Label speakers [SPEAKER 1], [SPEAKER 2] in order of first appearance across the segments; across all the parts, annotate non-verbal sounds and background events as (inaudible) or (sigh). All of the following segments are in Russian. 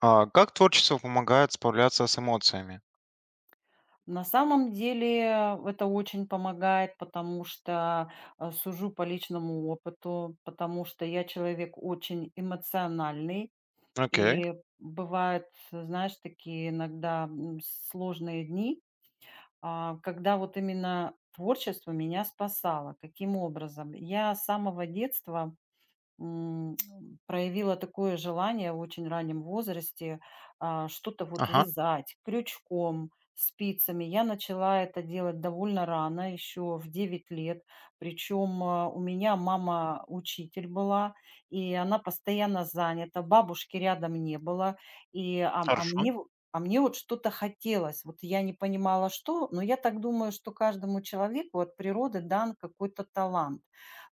[SPEAKER 1] А как творчество помогает справляться с эмоциями?
[SPEAKER 2] На самом деле это очень помогает, потому что сужу по личному опыту, потому что я человек очень эмоциональный,
[SPEAKER 1] Окей.
[SPEAKER 2] и бывают, знаешь, такие иногда сложные дни, когда вот именно творчество меня спасало. Каким образом? Я с самого детства М, проявила такое желание в очень раннем возрасте, что-то вот
[SPEAKER 1] Ага.
[SPEAKER 2] вязать крючком, спицами. Я начала это делать довольно рано, еще в 9 лет. Причем у меня мама учитель была, и она постоянно занята, бабушки рядом не было. И, а, а
[SPEAKER 1] Хорошо.
[SPEAKER 2] мне в- а мне вот что-то хотелось. Вот я не понимала, что, но я так думаю, что каждому человеку от природы дан какой-то талант.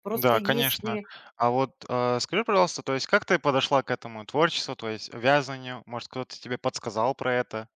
[SPEAKER 2] Просто
[SPEAKER 1] Да, конечно.
[SPEAKER 2] если
[SPEAKER 1] А вот скажи, пожалуйста, то есть как ты подошла к этому творчеству, то есть вязанию? Может, кто-то тебе подсказал про это?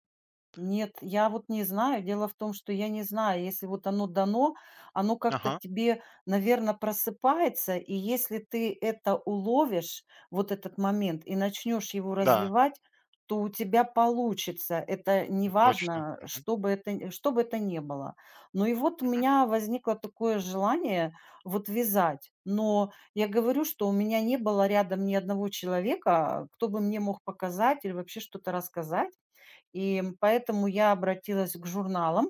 [SPEAKER 2] Нет, я вот не знаю. Дело в том, что я не знаю, если вот оно дано, оно как-то
[SPEAKER 1] Ага.
[SPEAKER 2] тебе, наверное, просыпается, и если ты это уловишь, вот этот момент, и начнешь его
[SPEAKER 1] Да,
[SPEAKER 2] развивать, то у тебя получится. Это
[SPEAKER 1] точно.
[SPEAKER 2] неважно,
[SPEAKER 1] Мгм,
[SPEAKER 2] что бы это ни было. Ну и вот у
[SPEAKER 1] мгм.
[SPEAKER 2] меня возникло такое желание вот вязать, но я говорю, что у меня не было рядом ни одного человека, кто бы мне мог показать или вообще что-то рассказать. И поэтому я обратилась к журналам,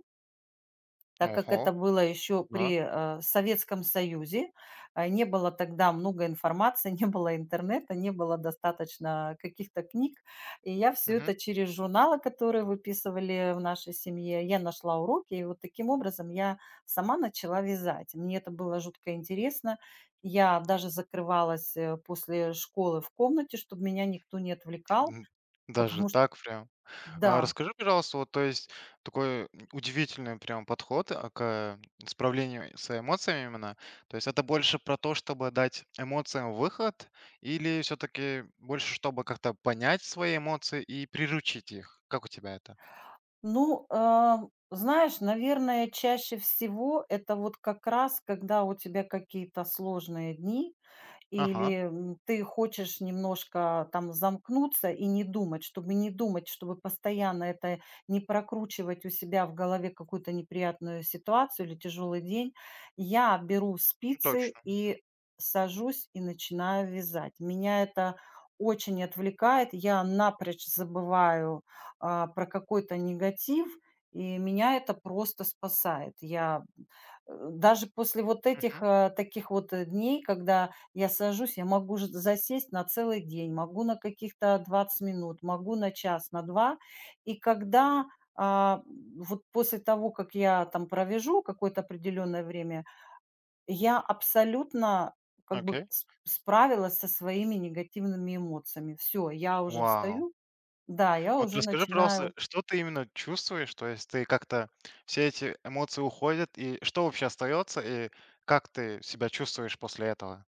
[SPEAKER 2] так как
[SPEAKER 1] Ого,
[SPEAKER 2] это было еще
[SPEAKER 1] да.
[SPEAKER 2] при Советском Союзе. Не было тогда много информации, (laughs) не было интернета, не было достаточно каких-то книг. И я все
[SPEAKER 1] Мгм.
[SPEAKER 2] это через журналы, которые выписывали в нашей семье, я нашла уроки. И вот таким образом я сама начала вязать. Мне это было жутко интересно. Я даже закрывалась, после школы в комнате, чтобы меня никто не отвлекал.
[SPEAKER 1] М, Даже
[SPEAKER 2] Потому что
[SPEAKER 1] так прям. А
[SPEAKER 2] Да.
[SPEAKER 1] расскажи, пожалуйста, вот, то есть такой удивительный прям подход к справлению с эмоциями именно. То есть это больше про то, чтобы дать эмоциям выход, или все-таки больше, чтобы как-то понять свои эмоции и приручить их? Как у тебя это?
[SPEAKER 2] Ну, знаешь, наверное, чаще всего это вот как раз, когда у тебя какие-то сложные дни,
[SPEAKER 1] Ага,
[SPEAKER 2] или, ты хочешь немножко там замкнуться и не думать, чтобы не думать, чтобы постоянно это не прокручивать у себя в голове какую-то неприятную ситуацию или тяжелый день, я беру
[SPEAKER 1] ну
[SPEAKER 2] спицы
[SPEAKER 1] точно.
[SPEAKER 2] и сажусь и начинаю вязать. Меня это очень отвлекает, я напрочь забываю, про какой-то негатив, и меня это просто спасает. Я, даже после вот этих,
[SPEAKER 1] Мгм.
[SPEAKER 2] таких вот, дней, когда я сажусь, я могу ж засесть на целый день, могу на каких-то 20 минут, могу на час, на два. И когда, а, вот после того, как я там провяжу какое-то определенное время, я абсолютно как бы
[SPEAKER 1] Окей.
[SPEAKER 2] с справилась со своими негативными эмоциями. Все, я уже
[SPEAKER 1] Вау.
[SPEAKER 2] встаю. Да, я
[SPEAKER 1] Вот
[SPEAKER 2] уже
[SPEAKER 1] расскажи, пожалуйста,
[SPEAKER 2] начинаю
[SPEAKER 1] что ты именно чувствуешь? То есть ты как-то все эти эмоции уходят, и что вообще остается, и как ты себя чувствуешь после этого?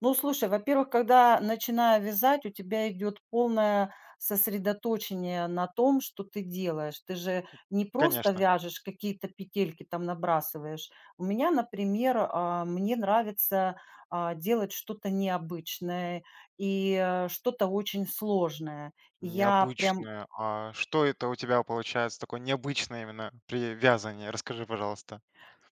[SPEAKER 2] Ну, слушай, во-первых, когда начинаю вязать, у тебя идет полное сосредоточение на том, что ты делаешь. Ты же не просто
[SPEAKER 1] Конечно.
[SPEAKER 2] вяжешь какие-то петельки, там набрасываешь. У меня, например, мне нравится делать что-то необычное и что-то очень сложное. И Я прям
[SPEAKER 1] Необычное. А что это у тебя получается такое необычное именно при вязании? Расскажи, пожалуйста.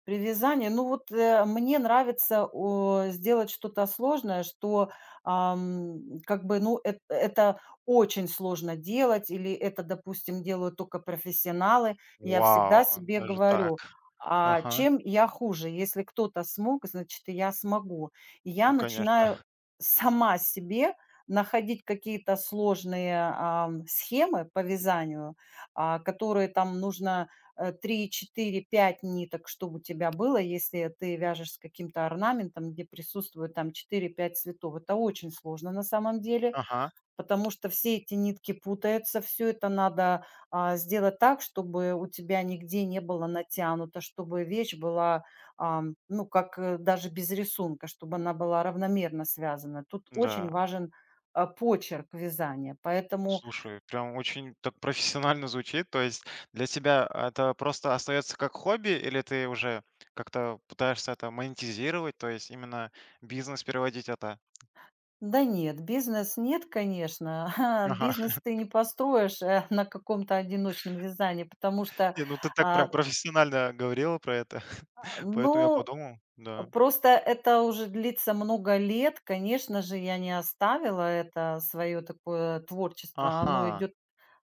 [SPEAKER 2] При вязании, ну вот, мне нравится, сделать что-то сложное, что, как бы, ну, эт это очень сложно делать или это, допустим, делают только профессионалы. Я всегда
[SPEAKER 1] Вау,
[SPEAKER 2] себе
[SPEAKER 1] даже так.
[SPEAKER 2] говорю: «А
[SPEAKER 1] Ага,
[SPEAKER 2] чем я хуже? Если кто-то смог, значит, и я смогу». И я
[SPEAKER 1] ну конечно.
[SPEAKER 2] начинаю сама себе находить какие-то сложные, схемы по вязанию, которые там нужно 3, 4, 5 ниток, чтобы у тебя было, если ты вяжешь с каким-то орнаментом, где присутствует там четыре, пять цветов. Это очень сложно на самом деле,
[SPEAKER 1] Ага,
[SPEAKER 2] потому что все эти нитки путаются, все это надо сделать так, чтобы у тебя нигде не было натянуто, чтобы вещь была, ну, как даже без рисунка, чтобы она была равномерно связана. Тут очень
[SPEAKER 1] да.
[SPEAKER 2] важен почерк вязания. Поэтому
[SPEAKER 1] Слушай, прям очень так профессионально звучит. То есть для тебя это просто остается как хобби, или ты уже как-то пытаешься это монетизировать, то есть именно бизнес переводить это?
[SPEAKER 2] Да нет, бизнес нет, конечно. (laughs)
[SPEAKER 1] Ага.
[SPEAKER 2] Бизнес
[SPEAKER 1] (laughs)
[SPEAKER 2] ты не построишь, на каком-то одиночном вязании, потому что,
[SPEAKER 1] Не, ну ты так прям
[SPEAKER 2] а,
[SPEAKER 1] профессионально говорила про это, (laughs) поэтому я
[SPEAKER 2] ну,
[SPEAKER 1] подумал, да.
[SPEAKER 2] просто это уже длится много лет. Конечно же, я не оставила это свое такое творчество. Оно
[SPEAKER 1] Ага,
[SPEAKER 2] идет.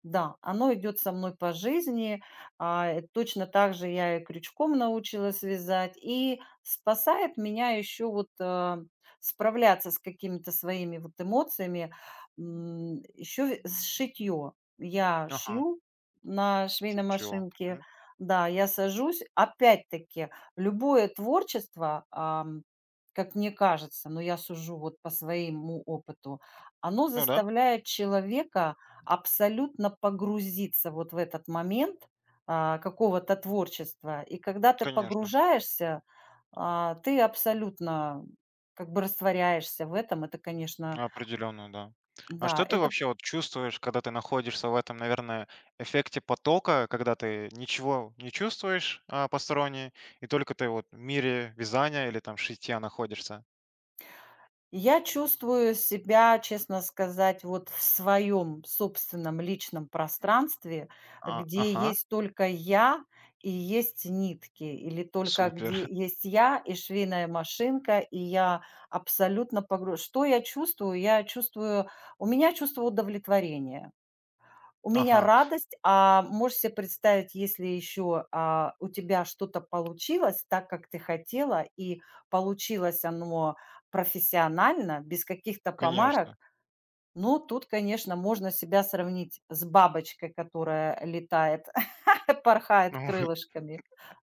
[SPEAKER 2] Да, оно идет со мной по жизни. Точно так же я и крючком научилась вязать. И спасает меня еще вот, справляться с какими-то своими вот эмоциями. Еще ве с Я
[SPEAKER 1] ага.
[SPEAKER 2] шью на швейной
[SPEAKER 1] Чутье,
[SPEAKER 2] машинке.
[SPEAKER 1] мгм.
[SPEAKER 2] Да, я сажусь. Опять-таки, любое творчество, как мне кажется, но я сужу вот по своему опыту, оно
[SPEAKER 1] Ну да,
[SPEAKER 2] заставляет человека абсолютно погрузиться вот в этот момент, какого-то творчества. И когда ты
[SPEAKER 1] конечно,
[SPEAKER 2] погружаешься, ты абсолютно как бы растворяешься в этом. Это, конечно,
[SPEAKER 1] определенно, да. А что
[SPEAKER 2] да,
[SPEAKER 1] ты вообще вот чувствуешь, когда ты находишься в этом, наверное, эффекте потока, когда ты ничего не чувствуешь, посторонне, и только ты вот в мире вязания или там шитья находишься?
[SPEAKER 2] Я чувствую себя, честно сказать, вот в своем собственном личном пространстве,
[SPEAKER 1] А,
[SPEAKER 2] где
[SPEAKER 1] ага,
[SPEAKER 2] есть только я и есть нитки, или только где
[SPEAKER 1] супер.
[SPEAKER 2] есть я и швейная машинка, и я абсолютно погру Что я чувствую? У меня чувство удовлетворения. У
[SPEAKER 1] (laughs)
[SPEAKER 2] меня
[SPEAKER 1] Ага,
[SPEAKER 2] радость, а можешь себе представить, если еще, у тебя что-то получилось так, как ты хотела, и получилось оно профессионально, без каких-то
[SPEAKER 1] конечно.
[SPEAKER 2] помарок. Ну, тут, конечно, можно себя сравнить с бабочкой, которая летает, (laughs) порхает
[SPEAKER 1] (laughs)
[SPEAKER 2] крылышками.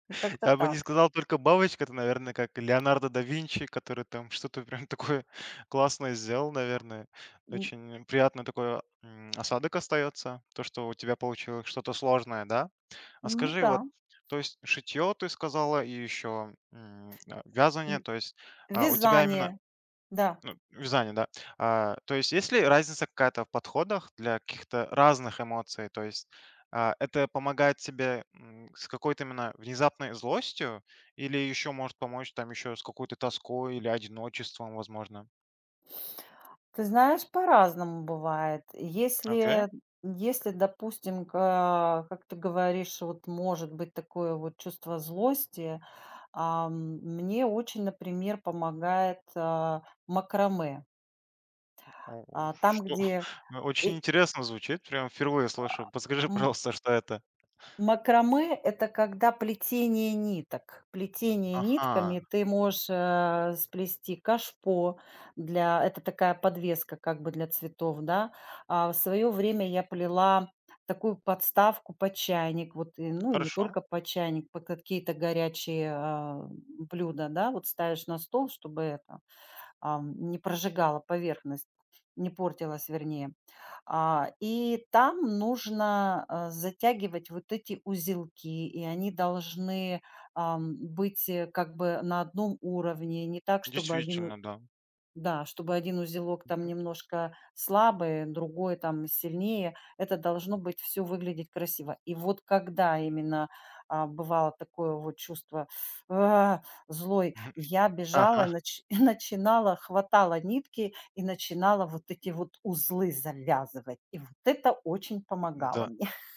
[SPEAKER 2] Ну, как-то
[SPEAKER 1] Я бы не
[SPEAKER 2] так.
[SPEAKER 1] сказал только бабочка, это, наверное, как Леонардо да Винчи, который там (laughs) что-то прям такое классное сделал, наверное.
[SPEAKER 2] М,
[SPEAKER 1] Очень приятно такой осадок остается, то, что у тебя получилось что-то сложное, да? А
[SPEAKER 2] ну
[SPEAKER 1] скажи,
[SPEAKER 2] да,
[SPEAKER 1] вот, то есть шитье ты сказала и еще вязание,
[SPEAKER 2] в
[SPEAKER 1] то есть у тебя именно
[SPEAKER 2] вязание, да.
[SPEAKER 1] ну, вязание, да. А, то есть есть ли разница какая-то в подходах для каких-то разных эмоций? То есть это помогает тебе с какой-то именно внезапной злостью или еще может помочь там еще с какой-то тоской или одиночеством, возможно?
[SPEAKER 2] Ты знаешь, по-разному бывает.
[SPEAKER 1] Окей.
[SPEAKER 2] Если, допустим, ка как ты говоришь, вот может быть такое вот чувство злости, мне очень, например, помогает, макраме.
[SPEAKER 1] О,
[SPEAKER 2] А, там,
[SPEAKER 1] что?
[SPEAKER 2] где
[SPEAKER 1] (laughs) Ну, очень
[SPEAKER 2] и
[SPEAKER 1] интересно звучит. Прям впервые слышу. Подскажи,
[SPEAKER 2] м
[SPEAKER 1] пожалуйста, что это?
[SPEAKER 2] Макраме — это когда плетение ниток. Плетение
[SPEAKER 1] Ага.
[SPEAKER 2] нитками ты можешь, сплести кашпо, для это такая подвеска как бы для цветов, да. А в свое время я плела такую подставку под чайник, вот, и, ну, и не
[SPEAKER 1] Хорошо.
[SPEAKER 2] только под чайник, под какие-то горячие, блюда, да. Вот ставишь на стол, чтобы это не прожигала поверхность, не портилась, вернее. И там нужно затягивать вот эти узелки, и они должны быть как бы на одном уровне, не так, чтобы один
[SPEAKER 1] Действительно, да.
[SPEAKER 2] да, чтобы один узелок там
[SPEAKER 1] Мгм.
[SPEAKER 2] немножко слабый, другой там сильнее. Это должно быть все выглядеть красиво. И вот когда именно, бывало такое вот чувство, а, злой,
[SPEAKER 1] (laughs)
[SPEAKER 2] я бежала и
[SPEAKER 1] Ага.
[SPEAKER 2] нач (laughs) и начинала, хватала нитки и начинала вот эти вот узлы завязывать. И вот это очень помогало
[SPEAKER 1] Да.
[SPEAKER 2] мне. (laughs)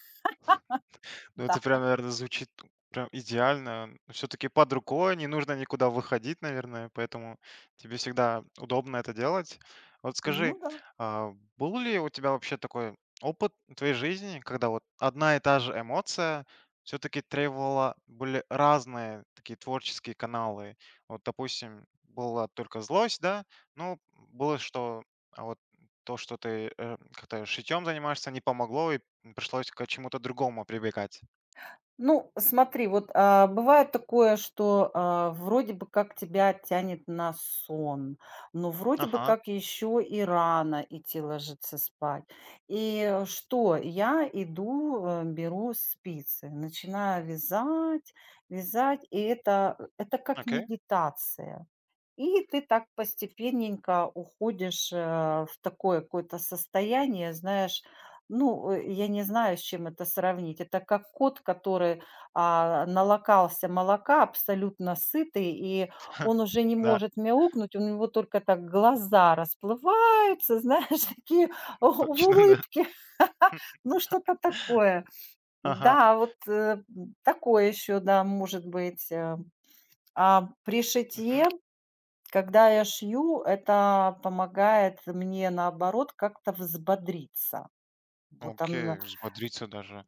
[SPEAKER 1] Ну,
[SPEAKER 2] Да.
[SPEAKER 1] это прям, наверное, звучит прям идеально. Все-таки под рукой, не нужно никуда выходить, наверное, поэтому тебе всегда удобно это делать. Вот скажи,
[SPEAKER 2] Ну да.
[SPEAKER 1] а, был ли у тебя вообще такой опыт в твоей жизни, когда вот одна и та же эмоция все-таки требовала были разные такие творческие каналы? Вот, допустим, была только злость, да, ну, было, что а вот то, что ты как-то шитьем занимаешься, не помогло, и пришлось к чему-то другому прибегать.
[SPEAKER 2] Ну, смотри, вот, бывает такое, что, вроде бы как тебя тянет на сон, но вроде бы
[SPEAKER 1] Ага,
[SPEAKER 2] как еще и рано идти ложиться спать. И что? Я иду, беру спицы, начинаю вязать, вязать, и это как
[SPEAKER 1] окей.
[SPEAKER 2] медитация. И ты так постепенненько уходишь, в такое какое-то состояние, знаешь, ну, я не знаю, с чем это сравнить. Это как кот, который, налокался молока, абсолютно сытый, и он
[SPEAKER 1] (laughs)
[SPEAKER 2] уже не
[SPEAKER 1] Да,
[SPEAKER 2] может мяукнуть, у него только так глаза расплываются, (laughs) знаешь, такие в в
[SPEAKER 1] точно, да.
[SPEAKER 2] улыбке, (laughs) ну, что-то
[SPEAKER 1] (laughs)
[SPEAKER 2] такое.
[SPEAKER 1] Ага,
[SPEAKER 2] Да, вот, такое еще, да, может быть. А при
[SPEAKER 1] мгм.
[SPEAKER 2] шитье Когда я шью, это помогает мне, наоборот, как-то взбодриться. Вот там,
[SPEAKER 1] Окей, взбодриться даже.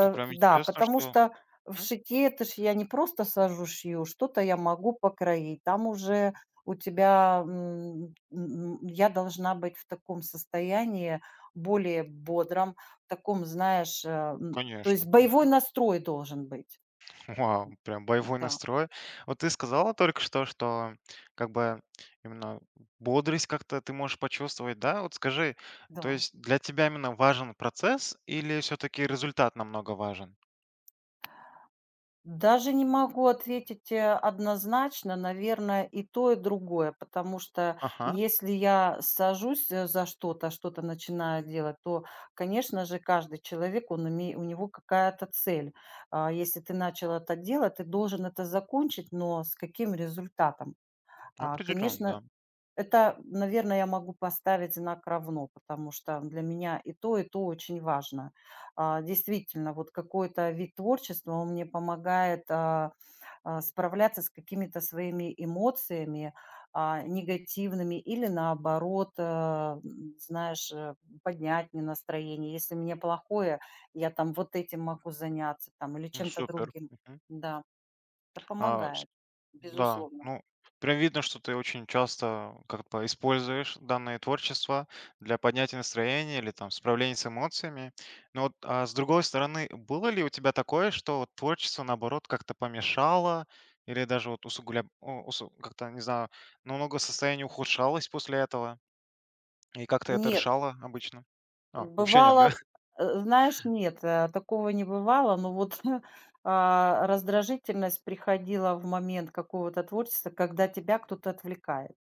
[SPEAKER 1] Ты прям
[SPEAKER 2] да,
[SPEAKER 1] интересно,
[SPEAKER 2] потому
[SPEAKER 1] что
[SPEAKER 2] что в
[SPEAKER 1] М,
[SPEAKER 2] шитье это ж я не просто сажу, шью, что-то я могу покроить. Там уже у тебя, м, м, я должна быть в таком состоянии более бодром, в таком, знаешь, то есть
[SPEAKER 1] конечно.
[SPEAKER 2] боевой
[SPEAKER 1] Мгм.
[SPEAKER 2] настрой должен быть.
[SPEAKER 1] (laughs) Вау, прям боевой
[SPEAKER 2] Да,
[SPEAKER 1] настрой. Вот ты сказала только что, что как бы именно бодрость как-то ты можешь почувствовать, да? Вот скажи, то
[SPEAKER 2] да.
[SPEAKER 1] есть для тебя именно важен процесс или все-таки результат намного важен?
[SPEAKER 2] Даже не могу ответить, однозначно. Наверное, и то, и другое. Потому что
[SPEAKER 1] Ага,
[SPEAKER 2] если я сажусь, за что-то, а что-то начинаю делать, то, конечно же, каждый человек, он име у него какая-то цель. А, если ты начал это делать, ты должен это закончить, но с каким результатом? А,
[SPEAKER 1] определенно,
[SPEAKER 2] конечно
[SPEAKER 1] да.
[SPEAKER 2] это, наверное, я могу поставить знак «равно», потому что для меня и то очень важно. А, действительно, вот какой-то вид творчества, он мне помогает, справляться с какими-то своими эмоциями, негативными или, наоборот, знаешь, поднять мне настроение. Если мне плохое, я там вот этим могу заняться там или чем-то
[SPEAKER 1] Супер.
[SPEAKER 2] другим.
[SPEAKER 1] Мгм.
[SPEAKER 2] Да, это
[SPEAKER 1] А
[SPEAKER 2] помогает,
[SPEAKER 1] Да,
[SPEAKER 2] безусловно.
[SPEAKER 1] ну, прям видно, что ты очень часто как бы используешь данное творчество для поднятия настроения или там справления с эмоциями. Но вот, а с другой стороны, было ли у тебя такое, что вот творчество, наоборот, как-то помешало или даже вот как-то, не знаю, намного состояние ухудшалось после этого? И как ты это
[SPEAKER 2] Нет.
[SPEAKER 1] решала обычно? Вообще нет, да?
[SPEAKER 2] Бывало,
[SPEAKER 1] (laughs)
[SPEAKER 2] знаешь, нет, такого не бывало, но вот, (laughs) раздражительность приходила в момент какого-то творчества, когда тебя кто-то отвлекает.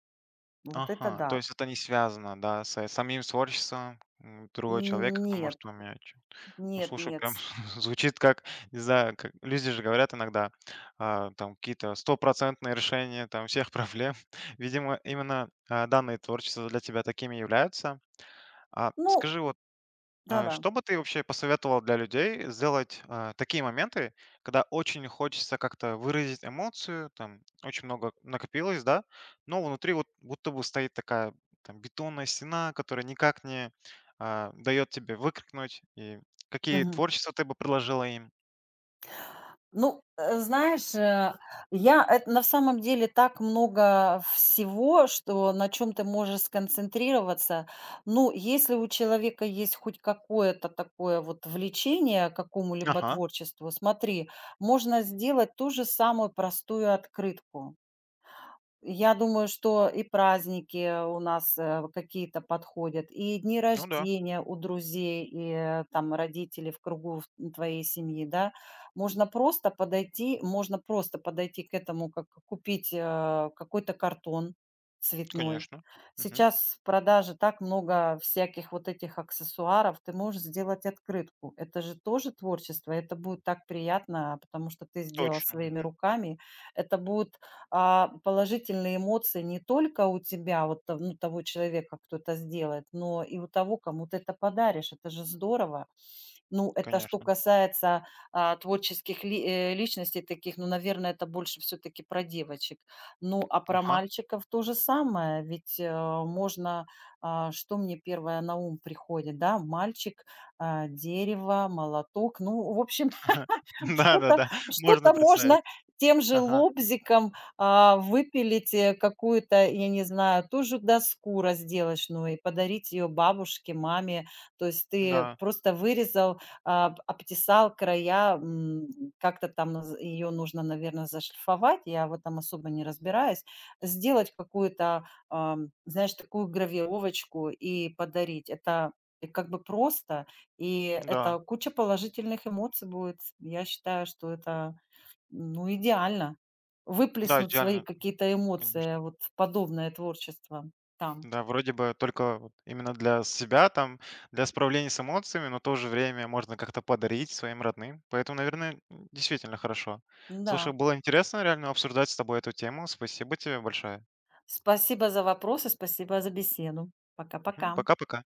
[SPEAKER 2] Вот это
[SPEAKER 1] Ага, то
[SPEAKER 2] да.
[SPEAKER 1] есть это не связано, да, с самим творчеством другого человека,
[SPEAKER 2] Н
[SPEAKER 1] как-то может
[SPEAKER 2] нет,
[SPEAKER 1] поменять. Ну,
[SPEAKER 2] нет,
[SPEAKER 1] слушай,
[SPEAKER 2] нет.
[SPEAKER 1] прям
[SPEAKER 2] С
[SPEAKER 1] (laughs) звучит как, не знаю, как люди же говорят иногда, там какие-то стопроцентные решения там всех проблем. (laughs) Видимо, именно, данные творчества для тебя такими являются. А
[SPEAKER 2] Ну
[SPEAKER 1] скажи, вот
[SPEAKER 2] да-да.
[SPEAKER 1] что бы ты вообще посоветовал для людей сделать такие моменты, когда очень хочется как-то выразить эмоцию, там очень много накопилось, да, но внутри вот будто бы стоит такая там, бетонная стена, которая никак не дает тебе выкрикнуть, и какие творчества ты бы предложила им?
[SPEAKER 2] Ну, знаешь, я это на самом деле так много всего, что на чем ты можешь сконцентрироваться. Ну, если у человека есть хоть какое-то такое вот влечение к какому-либо
[SPEAKER 1] Ага,
[SPEAKER 2] творчеству, смотри, можно сделать ту же самую простую открытку. Я думаю, что и праздники у нас, какие-то подходят, и дни
[SPEAKER 1] ну да,
[SPEAKER 2] рождения у друзей, и, там родителей в кругу в твоей семьи, да. Можно просто подойти к этому, как купить, какой-то картон цветной.
[SPEAKER 1] конечно. Мгм.
[SPEAKER 2] Сейчас в продаже так много всяких вот этих аксессуаров. Ты можешь сделать открытку. Это же тоже творчество. Это будет так приятно, потому что ты сделал
[SPEAKER 1] Точно,
[SPEAKER 2] своими
[SPEAKER 1] мгм,
[SPEAKER 2] руками. Это будет положительные эмоции не только у тебя, вот того человека, кто это сделает, но и у того, кому ты это подаришь. Это же здорово. Ну, это что
[SPEAKER 1] конечно.
[SPEAKER 2] касается, творческих ли личностей таких, ну, наверное, это больше все таки про девочек. Ну, а про
[SPEAKER 1] Ага.
[SPEAKER 2] мальчиков то же самое, ведь, можно, что мне первое на ум приходит, да? Мальчик, дерево, молоток. Ну, в общем,
[SPEAKER 1] (laughs) Да, да,
[SPEAKER 2] что-то
[SPEAKER 1] да, можно
[SPEAKER 2] что-то
[SPEAKER 1] представить.
[SPEAKER 2] можно тем же
[SPEAKER 1] Ага,
[SPEAKER 2] лобзиком, выпилить, какую-то, я не знаю, ту же доску разделочную и подарить ее бабушке, маме. То есть ты
[SPEAKER 1] да,
[SPEAKER 2] просто вырезал, обтесал края, как-то там ее нужно, наверное, зашлифовать. Я в этом особо не разбираюсь. Сделать какую-то, знаешь, такую гравировочку и подарить. Это, как бы просто. И
[SPEAKER 1] да,
[SPEAKER 2] это куча положительных эмоций будет. Я считаю, что это, ну, идеально.
[SPEAKER 1] да,
[SPEAKER 2] Выплеснуть свои
[SPEAKER 1] идеально,
[SPEAKER 2] какие-то
[SPEAKER 1] конечно.
[SPEAKER 2] эмоции вот в подобное творчество там.
[SPEAKER 1] Да, вроде бы только вот именно для себя, там, для справления с эмоциями, но в то же время можно как-то подарить своим родным. Поэтому, наверное, действительно хорошо.
[SPEAKER 2] Да.
[SPEAKER 1] Слушай, было интересно реально обсуждать с тобой эту тему. Спасибо тебе большое.
[SPEAKER 2] Спасибо за вопросы, спасибо за беседу.
[SPEAKER 1] Мгм.
[SPEAKER 2] Пока-пока.
[SPEAKER 1] Пока-пока.